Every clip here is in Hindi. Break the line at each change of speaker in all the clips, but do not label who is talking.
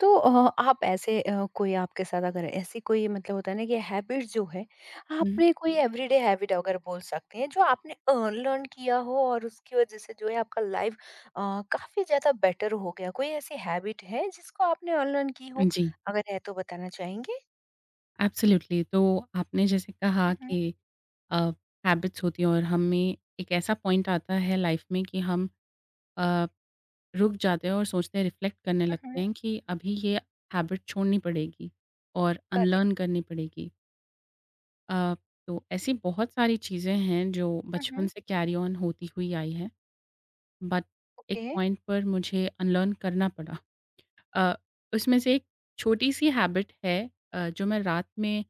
तो अ, आप ऐसे कोई आपके साथ अगर ऐसी कोई मतलब होता है ना कि हैबिट जो है,
हुँ।
आपने कोई एवरीडे हैबिट अगर बोल सकते हैं जो आपने लर्न किया हो और उसकी वजह से जो है आपका लाइफ काफ़ी ज़्यादा बेटर हो गया। कोई ऐसी हैबिट है जिसको आपने अनलर्न की हो?
जी,
अगर है तो बताना चाहेंगे?
एब्सोल्युटली। तो आपने जैसे कहा
हुँ, हुँ,
कि अ, हैबिट्स होती हैं और हमें एक ऐसा पॉइंट आता है लाइफ़ में कि हम अ, रुक जाते हैं और सोचते हैं, रिफ्लेक्ट करने लगते
हुँ,
हैं कि अभी ये हैबिट छोड़नी पड़ेगी और
करेक्ट।
अनलर्न करनी पड़ेगी। अ, तो ऐसी बहुत सारी चीज़ें हैं जो
हुँ,
बचपन
हुँ,
से कैरी ऑन होती हुई आई हैं, बट एक
ओके।
पॉइंट पर मुझे अनलर्न करना पड़ा। अ, उसमें से एक छोटी-सी हैबिट है, जो मैं रात में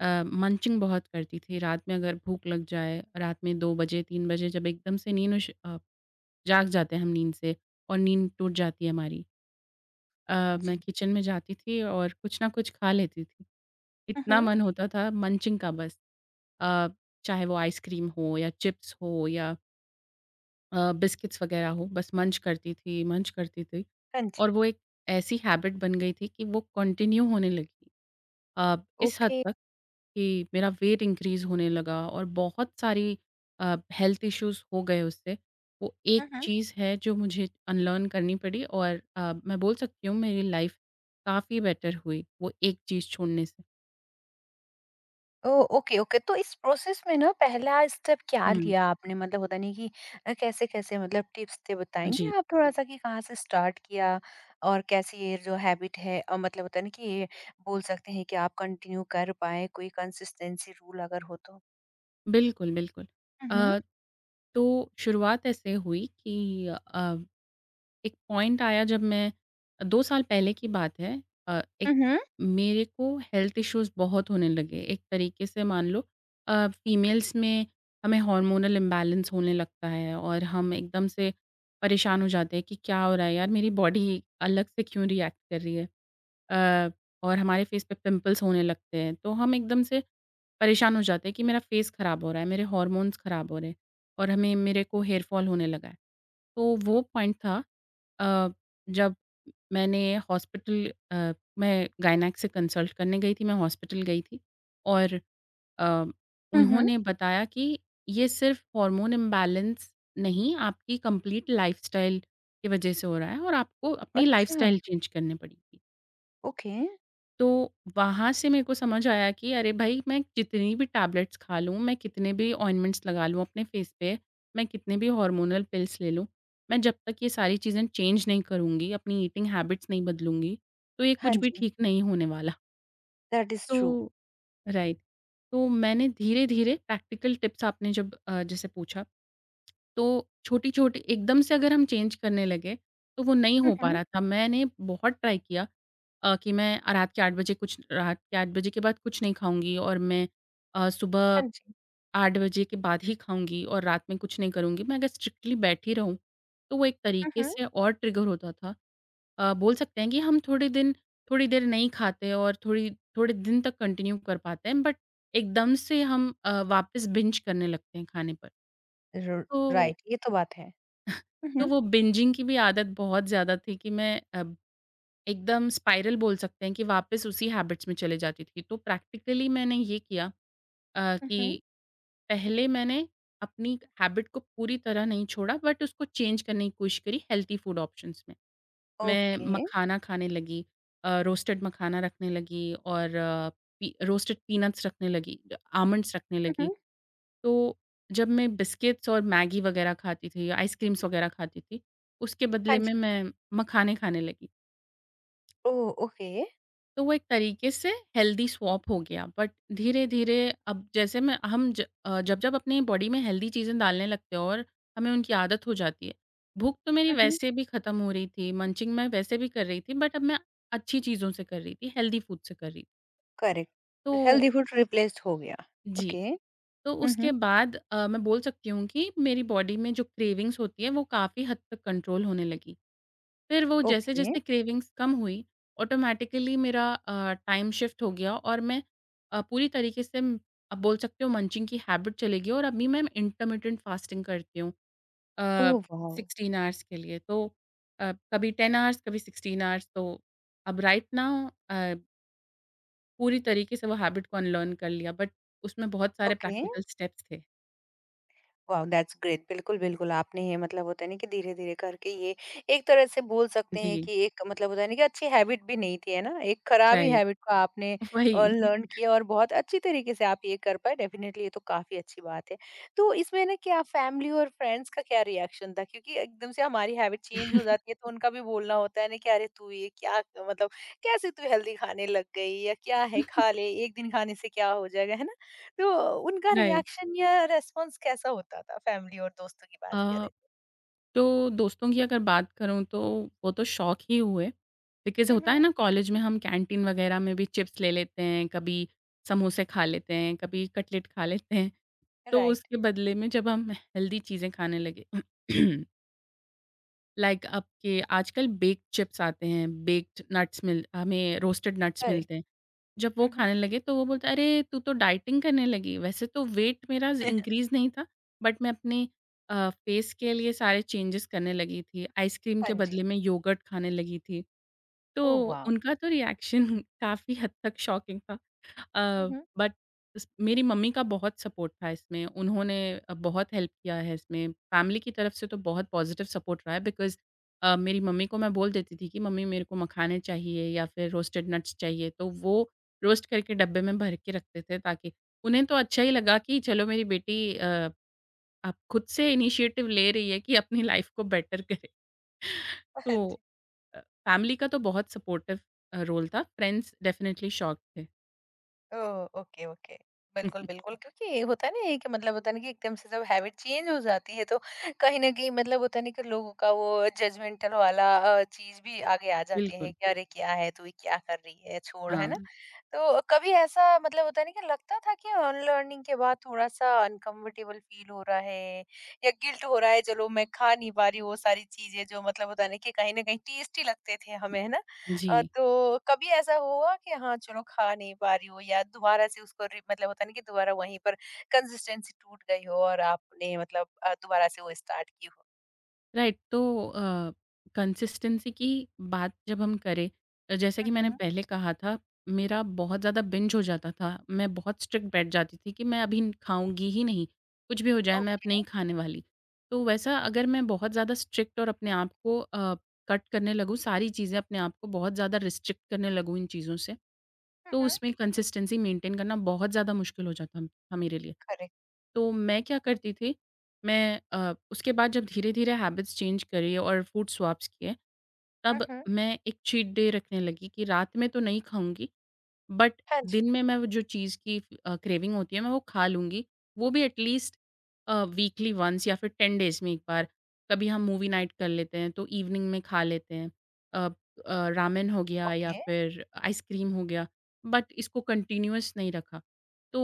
मंचिंग बहुत करती थी। रात में अगर भूख लग जाए, रात में 2 बजे, 3 बजे जब एकदम से नींद जाग जाते हैं हम नींद से और नींद टूट जाती है हमारी। मैं
जी।
किचन में जाती थी और कुछ ना कुछ खा लेती थी।
हुँ,
इतना
हुँ।
मन होता था मंचिंग का बस। अ, चाहे वो आइसक्रीम हो या चिप्स हो या बिस्किट्स वग़ैरह हो, बस मंच करती थी, मंच करती थी।
हाँ
और
जी।
वो एक ऐसी हैबिट बन गई थी कि वो कंटिन्यू होने लगी। अ, इस हद
ओके।
तक कि मेरा वेट इंक्रीज़ होने लगा और बहुत सारी हेल्थ इश्यूज़ हो गए उससे। वो
हुँ,
एक
हुँ।
चीज़ है जो मुझे अनलर्न करनी पड़ी और मैं बोल सकती हूँ मेरी लाइफ़ काफ़ी बेटर हुई, वो एक चीज़ छोड़ने से।
ओह! Okay, okay. तो इस प्रोसेस में ना पहला स्टेप क्या
हुँ,
लिया आपने? मतलब होता नहीं कि कैसे-कैसे मतलब टिप्स थे
जी।
बताएँगे आप थोड़ा-सा कि कहाँ से स्टार्ट किया और कैसे ये जो हैबिट है मतलब होता है ना कि ये बोल सकते हैं कि आप कंटिन्यू कर पाएँ, कोई कंसिस्टेंसी रूल अगर हो तो?
बिल्कुल, बिल्कुल।
हुँ, हुँ।
अ, तो शुरुआत ऐसे हुई कि एक पॉइंट आया जब मैं 2 साल पहले की बात है। अ, एक
हुँ, हुँ।
मेरे को हेल्थ इश्यूज़ बहुत होने लगे। एक तरीके से मान लो फीमेल्स में हमें हार्मोनल इम्बैलेंस होने लगता है और हम एकदम से परेशान हो जाते हैं कि क्या हो रहा है यार मेरी बॉडी अलग से क्यों रिएक्ट कर रही है? अ, और हमारे फेस पे पिंपल्स होने लगते हैं। तो हम एकदम से परेशान हो जाते हैं कि मेरा फेस खराब हो रहा है, मेरे हार्मोन्स खराब हो रहे हैं और हमें मेरे को हेयर फॉल होने लगा है। तो वो पॉइंट था अ, जब मैंने हॉस्पिटल अ, मैं गायनेक से कंसल्ट करने गई थी, मैं हॉस्पिटल गई थी और अ,
हुँ, हुँ।
उन्होंने बताया कि ये सिर्फ़ हार्मोन इम्बैलेंस नहीं, आपकी कंप्लीट लाइफ़स्टाइल की वज़ह से हो रहा है और आपको अपनी
अच्छा,
लाइफ़स्टाइल चेंज करनी पड़ेगी।
ओके।
तो वहाँ से मेरे को समझ आया कि अरे भाई मैं जितनी भी टैबलेट्स खा लूँ, मैं कितने भी ऑइंटमेंट्स लगा लूँ अपने फेस पे, मैं कितने भी हार्मोनल पिल्स ले लूँ, मैं जब तक ये सारी चीज़ें चेंज नहीं करूँगी, अपनी ईटिंग हैबिट्स नहीं बदलूँगी, तो ये
हाँ
कुछ भी
जी,
ठीक नहीं होने वाला।
That is true.
तो राइट, तो मैंने धीरे-धीरे प्रैक्टिकल टिप्स आपने जब जैसे पूछा तो छोटी-छोटी एकदम से अगर हम चेंज करने लगे, तो वो नहीं
हुँ,
हो पा
हुँ।
रहा था। मैंने बहुत ट्राई किया कि रात के 8 बजे के बाद कुछ नहीं खाऊँगी और मैं सुबह
हाँ जी।
8 बजे के बाद ही खाऊँगी और रात में कुछ नहीं करूँगी। मैं अगर स्ट्रिक्टली बैठी रहूँ, तो वो एक
हुँ,
तरीके
हुँ।
से और ट्रिगर होता था। बोल सकते हैं कि हम थोड़े दिन थोड़ी देर नहीं खाते और थोड़ी थोड़े दिन तक कंटिन्यू कर पाते हैं, बट एकदम से हम वापस बिंज करने लगते हैं खाने पर।
र
तो
राइट, ये तो बात है। हुँ,
तो
हुँ।
वो बिंजिंग की भी आदत बहुत ज़्यादा थी कि मैं अब एकदम स्पाइरल बोल सकते हैं कि वापस उसी हैबिट्स में चले जाती थी। तो प्रैक्टिकली मैंने ये किया,
हुँ,
कि
हुँ।
पहले मैंने अपनी हैबिट को पूरी तरह नहीं छोड़ा बट उसको चेंज करने की कोशिश करी हेल्दी फूड ऑप्शंस में। मैं
ओके।
मखाना खाने लगी, रोस्टेड मखाना रखने लगी और पी रोस्टेड पीनट्स रखने लगी, आमंड्स रखने
हुँ,
लगी।
हुँ।
तो जब मैं बिस्किट्स और मैगी वगैरह खाती थी, आइसक्रीम्स वगैरह खाती थी, उसके
हाँ
बदले में
जी।
मैं मखाने खाने लगी।
ओह! ओके।
तो वो एक तरीके से हेल्दी स्वॉप हो गया, बट धीरे-धीरे अब जैसे मैं हम ज अ, जब-जब अपनी बॉडी में हेल्दी चीज़ें डालने लगते हैं और हमें उनकी आदत हो जाती है। भूख तो मेरी
हुँ, हुँ।
वैसे भी खत्म हो रही थी, मंचिंग मैं वैसे भी कर रही थी, बट अब मैं अच्छी चीज़ों से कर रही थी, हेल्दी फूड से कर रही थी। तो
करेक्ट, हेल्दी फूड रिप्लेस्ड हो गया।
जी।
ओके।
तो उसके
हम्म।
बाद मैं बोल सकती हूँ कि मेरी बॉडी में जो क्रेविंग्स होती है वो काफ़ी हद तक कंट्रोल होने लगी। फिर वो
ओके।
जैसे-जैसे क्रेविंग्स कम हुई, ऑटोमैटिकली मेरा टाइम शिफ्ट हो गया और पूरी तरीके से म आप बोल सकते हो मंचिंग की हैबिट चली गई और अभी मैं इंटरमिटेंट फास्टिंग करती हूँ अ,
ओह वाओ।
16 आवर्स के लिए। तो कभी 10 आवर्स, कभी 16 आवर्स तो अब राइट नाउ पूरी तरीके से वो हैबिट को अनलर्न कर लिया बट उसमें बहुत सारे
ओके।
प्रैक्टिकल स्टेप्स थे।
Wow, that's great. बिल्कुल, बिल्कुल, आपने ये मतलब होता है ना कि धीरे-धीरे करके ये एक तरह से बोल सकते हैं
जी।
कि एक मतलब होता है ना कि अच्छी हैबिट भी नहीं थी, है ना? एक खराब ही
राइट,
हैबिट को आपने
वही,
लर्न किया और बहुत अच्छी तरीके से आप ये कर पाए। डेफिनिटली ये तो काफ़ी अच्छी बात है। तो इसमें ना क्या फैमिली और फ्रेंड्स का क्या रिएक्शन था? क्योंकि एकदम से हमारी हैबिट चेंज हो जाती है तो उनका भी बोलना होता है ना कि अरे तू ये क्या मतलब कैसे तू हेल्दी खाने लग गई, या क्या है खा ले, 1 दिन खाने से क्या हो जाएगा, है ना? तो उनका
राइट।
रिएक्शन या रेस्पॉन्स कैसा होता था? फैमिली और दोस्तों की
अ,
बात कर रहे थे।
तो दोस्तों की अगर बात करूँ तो वो तो शौक ही हुए। बिकॉज़
हुँ,
होता
हुँ।
है ना कॉलेज में हम कैंटीन वग़ैरह में भी चिप्स ले लेते हैं, कभी समोसे खा लेते हैं, कभी कटलेट खा लेते हैं। तो
राइट,
उसके बदले में जब हम हेल्दी चीज़ें खाने लगे, लाइक like आपके आजकल बेक्ड चिप्स आते हैं, बेक्ड नट्स मिल हमें रोस्टेड नट्स
करेक्ट।
मिलते हैं। जब वो
हुँ, हुँ।
खाने लगे तो वो बोलता है, "अरे! तू तो डाइटिंग करने लगी। वैसे तो वेट मेरा ज़ इंक्रीज़ नहीं था, बट मैं अपने फेस के लिए सारे चेंजेज़ करने लगी थी। आइसक्रीम
हाँ
के
जी।
बदले में योगर्ट खाने लगी थी।"
ओह
तो
वाओ!
उनका तो रिएक्शन काफ़ी हद तक शॉकिंग था।
हुँ,
अ,
हुँ।
बट इस मेरी मम्मी का बहुत सपोर्ट था इसमें। उन्होंने बहुत हेल्प किया है इसमें। फैमिली की तरफ से तो बहुत पॉज़िटिव सपोर्ट रहा है बिकॉज़ मेरी मम्मी को मैं बोल देती थी कि मम्मी मेरे को मखाने चाहिए या फिर रोस्टेड नट्स चाहिए, तो वो रोस्ट करके डब्बे में भर के रखते थे ताकि उन्हें तो अच्छा ही लगा कि चलो मेरी बेटी अब खुद से इनिशिएटिव ले रही है कि अपनी लाइफ़ को बेटर करे।
हाँ
तो
जी।
अ, फैमिली का तो बहुत सपोर्टिव रोल था। फ्रेंड्स डेफ़िनेटली शॉक्ड थे।
ओह! Okay, okay. बिल्कुल, बिल्कुल, क्योंकि होता है ना ये कि मतलब होता है ना कि एकदम से जब हैबिट चेंज हो जाती है तो कहीं न कहीं मतलब होता है ना कि लोगों का वो जजमेंटल वाला चीज़ भी आगे आ जाती है
बिल्कुल,
कि अरे क्या है तू, ये क्या कर रही है? छोड़, है
हाँ।
ना? तो कभी ऐसा मतलब होता नहीं कि लगता था कि अनलर्निंग के बाद थोड़ा-सा अनकम्फर्टेबल फ़ील हो रहा है या गिल्ट हो रहा है, चलो मैं खा नहीं पा रही वो सारी चीज़ें जो मतलब होता है ना कि कहीं न कहीं टेस्टी लगते थे हमें, है ना?
जी,
तो कभी ऐसा हुआ कि हाँ, चलो खा नहीं पा रही हो या दोबारा से उसको रि मतलब होता है ना कि दोबारा वहीं पर कंसिस्टेंसी टूट गई हो और आपने मतलब दोबारा से वो स्टार्ट की हो?
राइट तो अ, कंसिस्टेंसी की बात जब हम करें, जैसा कि
हुँ,
मैंने
हुँ।
पहले कहा था, मेरा बहुत ज़्यादा बिंज हो जाता था। मैं बहुत स्ट्रिक्ट बैठ जाती थी कि मैं अभी खाऊँगी ही नहीं, कुछ भी हो जाए मैं अब
ओके।
नहीं खाने वाली। तो वैसा अगर मैं बहुत ज़्यादा स्ट्रिक्ट और अपने आप को कट करने लगूँ, सारी चीज़ें अपने आप को बहुत ज़्यादा रिस्ट्रिक्ट करने लगूँ इन चीज़ों से,
हुँ,
तो
हुँ।
उसमें कंसिस्टेंसी मेंटेन करना बहुत ज़्यादा मुश्किल हो जाता था मेरे लिए।
करेक्ट।
तो मैं क्या करती थी, उसके बाद जब धीरे-धीरे हैबिट्स चेंज करी और फूड स्वैप्स किए,
हुँ,
तब
हुँ।
मैं एक चीट डे रखने लगी कि रात में तो नहीं खाऊँगी बट
हाँ जी।
दिन में मैं वो जो चीज़ की क्रेविंग होती है मैं वो खा लूँगी। वो भी एटलीस्ट वीकली वन्स या फिर 10 डेज़ में 1 बार। कभी हम मूवी नाइट कर लेते हैं तो इवनिंग में खा लेते हैं। अ रामेन हो गया या
ओके।
फिर आइसक्रीम हो गया, बट इसको कंटिन्यूअस नहीं रखा। तो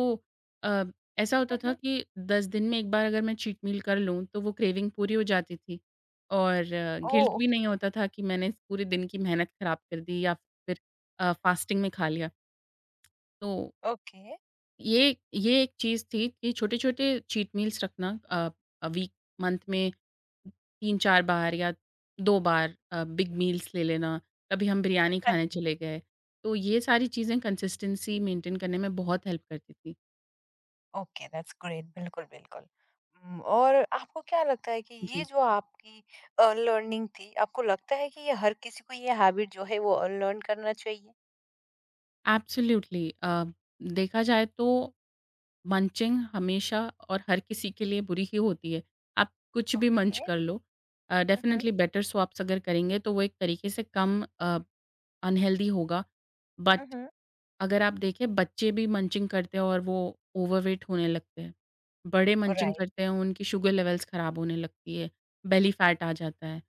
अ, ऐसा होता
हुँ,
था
हुँ।
कि 10 दिन में 1 बार अगर मैं चीट मील कर लूँ तो वो क्रेविंग पूरी हो जाती थी और
ओह!
गिल्ट भी नहीं
ओके,
होता था कि मैंने इस पूरे दिन की मेहनत ख़राब कर दी या फिर फास्टिंग में खा लिया। तो
ओके।
ये एक चीज़ थी कि छोटे-छोटे चीट मील्स रखना वीक मंथ में 3-4 बार या 2 बार बिग मील्स ले लेना, कभी हम बिरयानी
हाँ
खाने
जी।
चले गए। तो ये सारी चीज़ें कंसिस्टेंसी मेंटेन करने में बहुत हेल्प करती थी।
Okay, that's great. बिल्कुल, बिल्कुल। और आपको क्या लगता है कि ये
जी,
जो आपकी लर्निंग थी, आपको लगता है कि ये हर किसी को ये हैबिट जो है वो लर्न करना चाहिए?
एब्सोल्यूटली। देखा जाए तो मंचिंग हमेशा और हर किसी के लिए बुरी ही होती है। आप कुछ भी मंच
ओके।
कर लो,
हुँ, हुँ।
डेफिनिटली बेटर स्वाप्स अगर करेंगे तो वो एक तरीके से कम अ अनहेल्दी होगा।
हुँ,
बट
हुँ।
अगर आप देखें बच्चे भी मंचिंग करते हैं और वो ओवरवेट होने लगते हैं। बड़े मंचिंग
राइट।
करते हैं, उनकी शुगर लेवल्स ख़राब होने लगती है, बेली फैट आ जाता है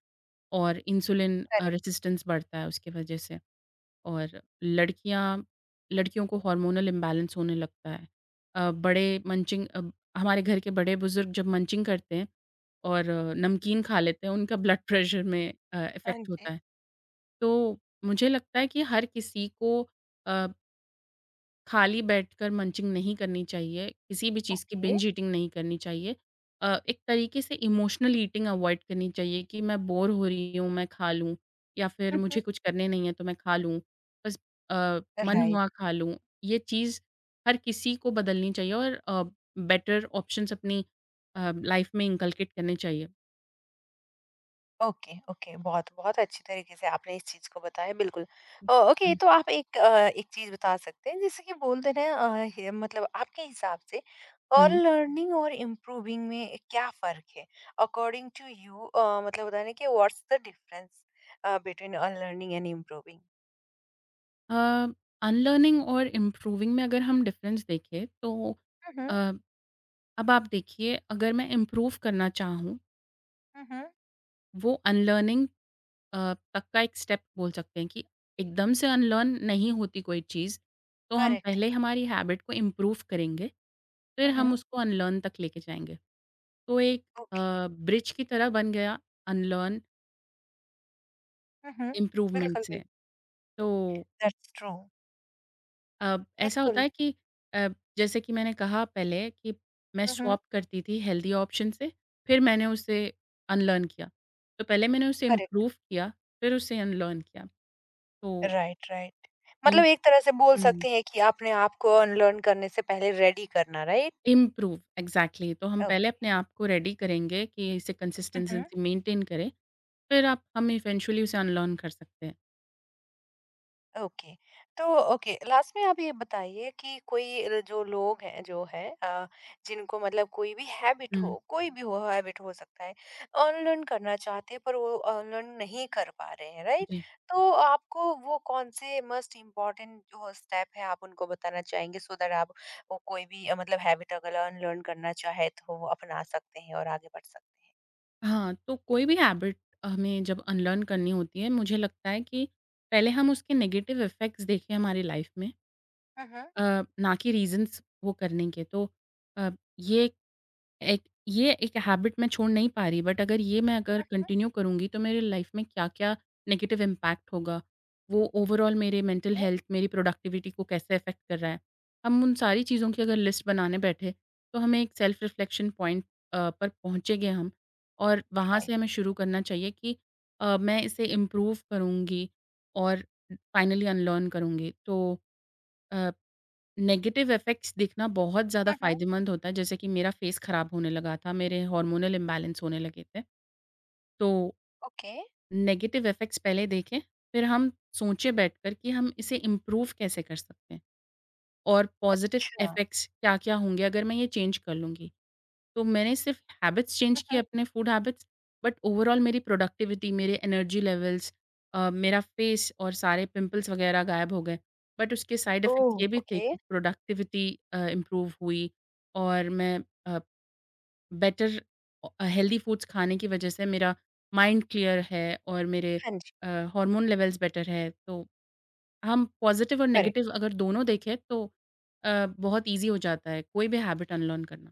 और इंसुलिन
करेक्ट।
रेज़िस्टेंस बढ़ता है उसकी वज़ह से। और लड़कियाँ लड़कियों को हार्मोनल इम्बैलेंस होने लगता है। अ, बड़े मंचिंग अब हमारे घर के बड़े-बुज़ुर्ग जब मंचिंग करते हैं और नमकीन खा लेते हैं, उनका ब्लड प्रेशर में
हाँ
इफ़ेक्ट
जी।
होता है। तो मुझे लगता है कि हर किसी को अ, खाली बैठकर मंचिंग नहीं करनी चाहिए, किसी भी चीज़ की
ओके।
बिंज ईटिंग नहीं करनी चाहिए। एक तरीके से इमोशनल ईटिंग अवॉइड करनी चाहिए कि मैं बोर हो रही हूँ, मैं खा लूँ या फिर
हुँ, हुँ।
मुझे कुछ करने नहीं है तो मैं खा लूँ। बस मन हुआ
राइट।
खा लूँ। ये चीज़ हर किसी को बदलनी चाहिए और बेटर ऑप्शंस अपनी लाइफ में इनकलकेट करने चाहिए।
Okay, okay. बहुत बहुत अच्छी तरीके से आपने इस चीज़ को बताया, बिल्कुल। ओके,
हुँ,
तो आप एक एक चीज़ बता सकते हैं, जैसे कि बोलते हैं हे मतलब आपके हिसाब से और
हुँ।
लर्निंग और इम्प्रूविंग में क्या फ़र्क है? अकॉर्डिंग टू यू मतलब होता है ना कि what's the difference between learning and improving?
Unlearning और इम्प्रूविंग में अगर हम डिफरेंस देखें तो
हुँ,
अ,
हुँ।
अब आप देखिए अगर मैं इम्प्रूव करना चाहूँ,
हुँ, हुँ।
वो अनलर्निंग तक का एक स्टेप बोल सकते हैं कि एकदम से अनलर्न नहीं होती कोई चीज़, तो हम
करेक्ट
पहले
है।
हमारी हैबिट को इम्प्रूव करेंगे, फिर
हुँ, हुँ।
हम उसको अनलर्न तक लेके जाएंगे। तो एक
ओके।
ब्रिज की तरह बन गया अनलर्न
हुँ, हुँ।
इम्प्रूवमेंट
बिल्कुल,
से।
बिल्कुल।
तो
दैट्स ट्रू।
अ, ऐसा होता
बिल्कुल।
है कि अ, जैसे कि मैंने कहा पहले कि मैं
हुँ, हुँ।
स्वैप करती थी हेल्दी ऑप्शन से, फिर मैंने उसे अनलर्न किया। तो पहले मैंने उसे
करेक्ट।
इम्प्रूव किया, फिर उसे अनलर्न किया। तो
राइट, राइट।
इम
मतलब एक तरह से बोल
हुँ,
सकते हैं कि आपने आपको अनलर्न करने से पहले रेडी करना, राइट?
इम्प्रूव एग्ज़ैक्टली तो हम पहले
ओके।
अपने आप को रेडी करेंगे कि इसे
हुँ,
कंसिस्टेंसी
हुँ।
मेंटेन करें, फिर आप हम इवेंचुअली उसे अनलर्न कर सकते हैं।
ओके तो ओके, लास्ट में आप ये बताइए कि कोई जो लोग हैं जो है जिनको मतलब कोई भी हैबिट हो,
हुँ,
कोई भी हो हैबिट हो सकता है अनलर्न करना चाहते हैं पर वो अनलर्न नहीं कर पा रहे हैं, राइट?
जी।
तो आपको वो कौन से मस्ट इम्पॉर्टेंट जो स्टेप है आप उनको बताना चाहेंगे, सो दैट आप वो कोई भी मतलब हैबिट अगर अनलर्न करना चाहे तो वो अपना सकते हैं और आगे बढ़ सकते हैं।
हाँ, तो कोई भी हैबिट हमें जब अनलर्न करनी होती है, मुझे लगता है कि पहले हम उसके नेगेटिव इफ़ेक्ट्स देखें हमारी लाइफ़ में।
हम्म।
ना कि रीज़न्स वो करने के। तो अ, ये एक ये एक हैबिट मैं छोड़ नहीं पा रही बट अगर ये मैं अगर कंटिन्यू करूँगी तो मेरी लाइफ में क्या-क्या नेगेटिव इम्पैक्ट होगा, वो ओवरऑल मेरे मेंटल
हम्म।
हेल्थ, मेरी प्रोडक्टिविटी को कैसे अफ़ेक्ट कर रहा है। हम उन सारी चीज़ों की अगर लिस्ट बनाने बैठे तो हमें एक सेल्फ रिफ्लेक्शन पॉइंट पर पहुँचेंगे हम और वहाँ से
राइट।
हमें शुरू करना चाहिए कि मैं इसे इम्प्रूव करूँगी और फाइनली अनलर्न करूँगी। तो अ नेगेटिव इफ़ेक्ट्स दिखना बहुत ज़्यादा
हम्म।
फ़ायदेमंद होता है, जैसे कि मेरा फ़ेस ख़राब होने लगा था, मेरे हार्मोनल इम्बैलेंस होने लगे थे। तो
ओके।
नेगेटिव इफ़ेक्ट्स पहले देखें, फिर हम सोचें बैठकर कि हम इसे इम्प्रूव कैसे कर सकते हैं और पॉज़िटिव
अच्छा।
इफ़ेक्ट्स क्या-क्या होंगे अगर मैं ये चेंज कर लूँगी। तो मैंने सिर्फ हैबिट्स चेंज किए
हम्म।
अपने फूड हैबिट्स, बट ओवरऑल मेरी प्रोडक्टिविटी, मेरे एनर्जी लेवल्स मेरा फेस और सारे पिंपल्स वगैरह गायब हो गए। बट उसके साइड
ओह,
इफ़ेक्ट्स ये भी थे
ओके।
कि प्रोडक्टिविटी इम्प्रूव हुई और मैं अ, बेटर अ, हेल्दी फूड्स खाने की वजह से मेरा माइंड क्लियर है और मेरे
हाँ जी।
अ, हार्मोन लेवल्स बेटर है। तो हम पॉज़िटिव और नेगेटिव
करेक्ट।
अगर दोनों देखें तो बहुत ईज़ी हो जाता है कोई भी हैबिट अनलर्न करना।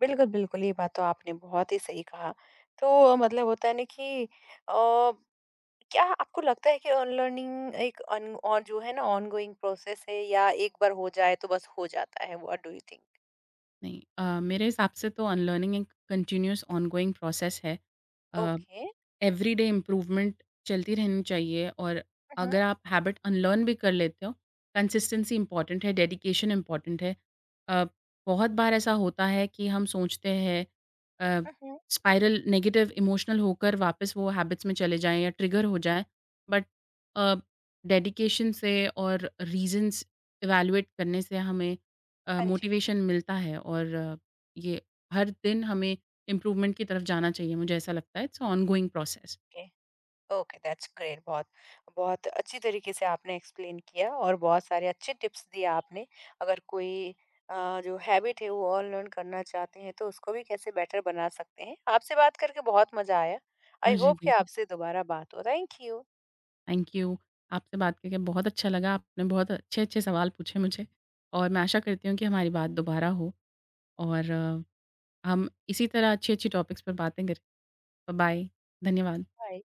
बिल्कुल, बिल्कुल, ये बात तो आपने बहुत ही सही कहा। तो मतलब होता है ना कि अ, क्या आपको लगता है कि ऑनलर्निंग एक अन और जो है ना ऑनगोइंग प्रोसेस है, या एक बार हो जाए तो बस हो जाता है? What do you think?
नहीं, मेरे हिसाब से तो अनलर्निंग एक कंटिन्यूअस ऑनगोइंग प्रोसेस है। अ,
ओके।
एवरीडे इम्प्रूवमेंट चलती रहनी चाहिए और
हुँ,
अगर
हुँ।
आप हैबिट अनलर्न भी कर लेते हो, कंसिस्टेंसी इम्पॉर्टेंट है, डेडिकेशन इम्पॉर्टेंट है। अ, बहुत बार ऐसा होता है कि हम सोचते हैं
हुँ, हुँ।
स्पाइरल नेगेटिव इमोशनल होकर वापस वो हैबिट्स में चले जाएं या ट्रिगर हो जाएं, बट डेडिकेशन से और रीजंस इवैल्यूएट करने से हमें
हाँ जी।
मोटिवेशन मिलता है और ये हर दिन हमें इम्प्रूवमेंट की तरफ जाना चाहिए मुझे ऐसा लगता है। It's ongoing process.
Okay. Okay, that's great. बहुत बहुत अच्छी तरीके से आपने एक्सप्लेन किया और बहुत सारे अच्छे टिप्स दिए आपने। अगर कोई जो हैबिट है वो और लर्न करना चाहते हैं तो उसको भी कैसे बेटर बना सकते हैं। आपसे बात करके बहुत मजा आया। आई
मुझे
होप कि
भी
आपसे दोबारा बात हो। Thank you.
Thank you. आपसे बात करके बहुत अच्छा लगा। आपने बहुत अच्छे-अच्छे सवाल पूछे मुझे और मैं आशा करती हूँ कि हमारी बात दोबारा हो और हम इसी तरह अच्छी-अच्छी टॉपिक्स पर बातें करें। बाय। धन्यवाद।
बाय।